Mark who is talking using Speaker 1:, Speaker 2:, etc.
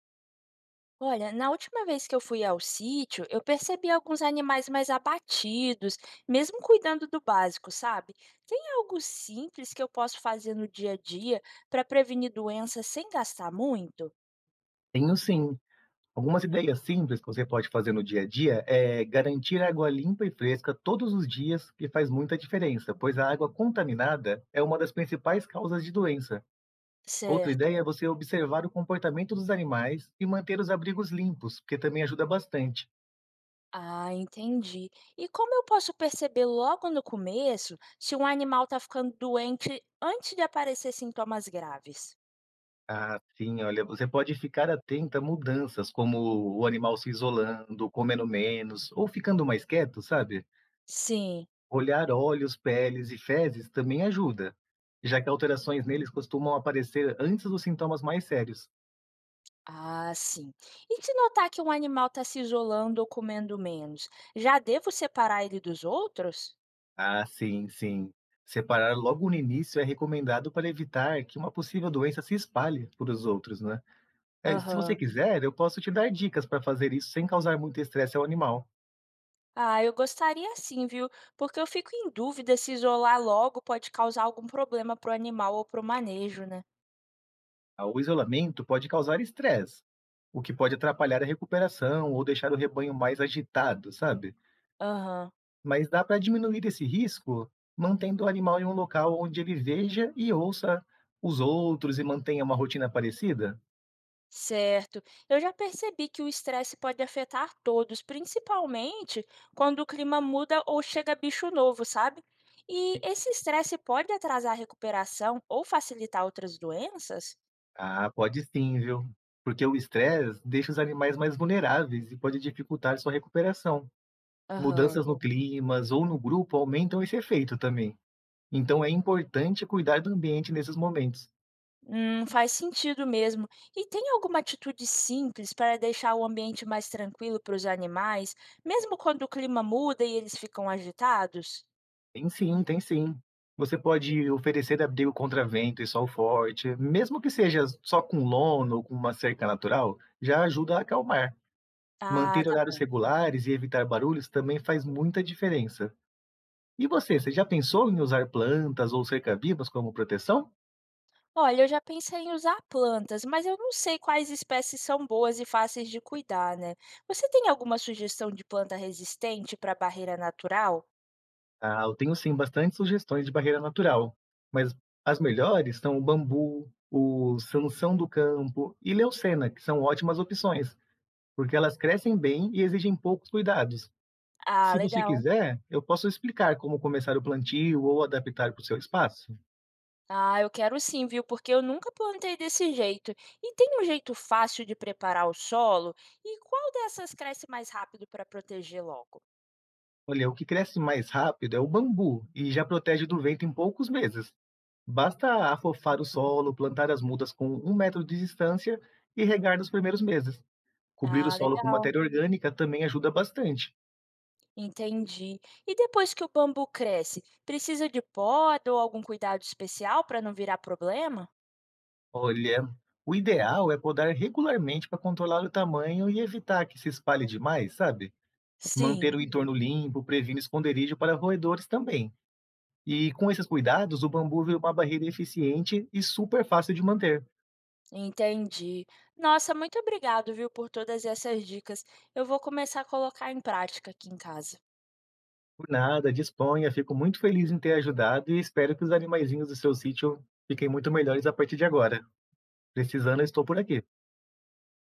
Speaker 1: Olha, na última vez que eu fui ao sítio, eu percebi alguns animais mais abatidos, mesmo cuidando do básico, sabe? Tem algo simples que eu posso fazer no dia a dia para prevenir doenças sem gastar muito?
Speaker 2: Tenho sim. Algumas ideias simples que você pode fazer no dia a dia é garantir água limpa e fresca todos os dias, que faz muita diferença, pois a água contaminada é uma das principais causas de doença. Outra
Speaker 1: Certo.
Speaker 2: ideia é você observar o comportamento dos animais e manter os abrigos limpos, porque também ajuda bastante.
Speaker 1: Ah, entendi. E como eu posso perceber logo no começo se um animal está ficando doente antes de aparecer sintomas graves?
Speaker 2: Ah, sim, olha, você pode ficar atenta a mudanças, como o animal se isolando, comendo menos ou ficando mais quieto, sabe?
Speaker 1: Sim.
Speaker 2: Olhar olhos, peles e fezes também ajuda, já que alterações neles costumam aparecer antes dos sintomas mais sérios.
Speaker 1: Ah, sim. E se notar que um animal está se isolando ou comendo menos, já devo separar ele dos outros?
Speaker 2: Ah, sim, sim. Separar logo no início é recomendado para evitar que uma possível doença se espalhe por os outros, né? Se você
Speaker 1: Aham.
Speaker 2: quiser, eu posso te dar dicas para fazer isso sem causar muito estresse ao animal.
Speaker 1: Ah, eu gostaria sim, viu? Porque eu fico em dúvida se isolar logo pode causar algum problema para o animal ou para o manejo, né?
Speaker 2: Ah, o isolamento pode causar estresse, o que pode atrapalhar a recuperação ou deixar o rebanho mais agitado, sabe?
Speaker 1: Aham.
Speaker 2: Mas dá para diminuir esse risco mantendo o animal em um local onde ele veja e ouça os outros e mantenha uma rotina parecida?
Speaker 1: Certo. Eu já percebi que o estresse pode afetar todos, principalmente quando o clima muda ou chega bicho novo, sabe? E esse estresse pode atrasar a recuperação ou facilitar outras doenças?
Speaker 2: Ah, pode sim, viu? Porque o estresse deixa os animais mais vulneráveis e pode dificultar sua recuperação.
Speaker 1: Aham.
Speaker 2: Mudanças no clima ou no grupo aumentam esse efeito também. Então é importante cuidar do ambiente nesses momentos.
Speaker 1: Faz sentido mesmo. E tem alguma atitude simples para deixar o ambiente mais tranquilo para os animais, mesmo quando o clima muda e eles ficam agitados?
Speaker 2: Tem sim, tem sim. Você pode oferecer abrigo contra vento e sol forte, mesmo que seja só com lona ou com uma cerca natural, já ajuda a acalmar.
Speaker 1: Ah,
Speaker 2: Manter
Speaker 1: tá
Speaker 2: horários
Speaker 1: bom.
Speaker 2: regulares e evitar barulhos também faz muita diferença. E você já pensou em usar plantas ou cerca-vivas como proteção?
Speaker 1: Olha, eu já pensei em usar plantas, mas eu não sei quais espécies são boas e fáceis de cuidar, né? Você tem alguma sugestão de planta resistente para barreira natural?
Speaker 2: Ah, eu tenho sim bastante sugestões de barreira natural, mas as melhores são o bambu, o sanção do campo e leucena, que são ótimas opções, porque elas crescem bem e exigem poucos cuidados.
Speaker 1: Ah,
Speaker 2: Se você
Speaker 1: legal.
Speaker 2: quiser, eu posso explicar como começar o plantio ou adaptar para o seu espaço.
Speaker 1: Ah, eu quero sim, viu? Porque eu nunca plantei desse jeito. E tem um jeito fácil de preparar o solo? E qual dessas cresce mais rápido para proteger logo?
Speaker 2: Olha, o que cresce mais rápido é o bambu e já protege do vento em poucos meses. Basta afofar o solo, plantar as mudas com um metro de distância e regar nos primeiros meses. Cobrir o
Speaker 1: Ah,
Speaker 2: solo com
Speaker 1: legal.
Speaker 2: matéria orgânica também ajuda bastante.
Speaker 1: Entendi. E depois que o bambu cresce, precisa de poda ou algum cuidado especial para não virar problema?
Speaker 2: Olha, o ideal é podar regularmente para controlar o tamanho e evitar que se espalhe demais, sabe?
Speaker 1: Sim,
Speaker 2: Manter o entorno limpo previne esconderijo para roedores também. E com esses cuidados, o bambu virou uma barreira eficiente e super fácil de manter.
Speaker 1: entendi. Nossa, muito obrigado, viu, por todas essas dicas. Eu vou começar a colocar em prática aqui em casa.
Speaker 2: Por nada, disponha, fico muito feliz em ter ajudado e espero que os animaizinhos do seu sítio fiquem muito melhores a partir de agora. Precisando, eu estou por aqui.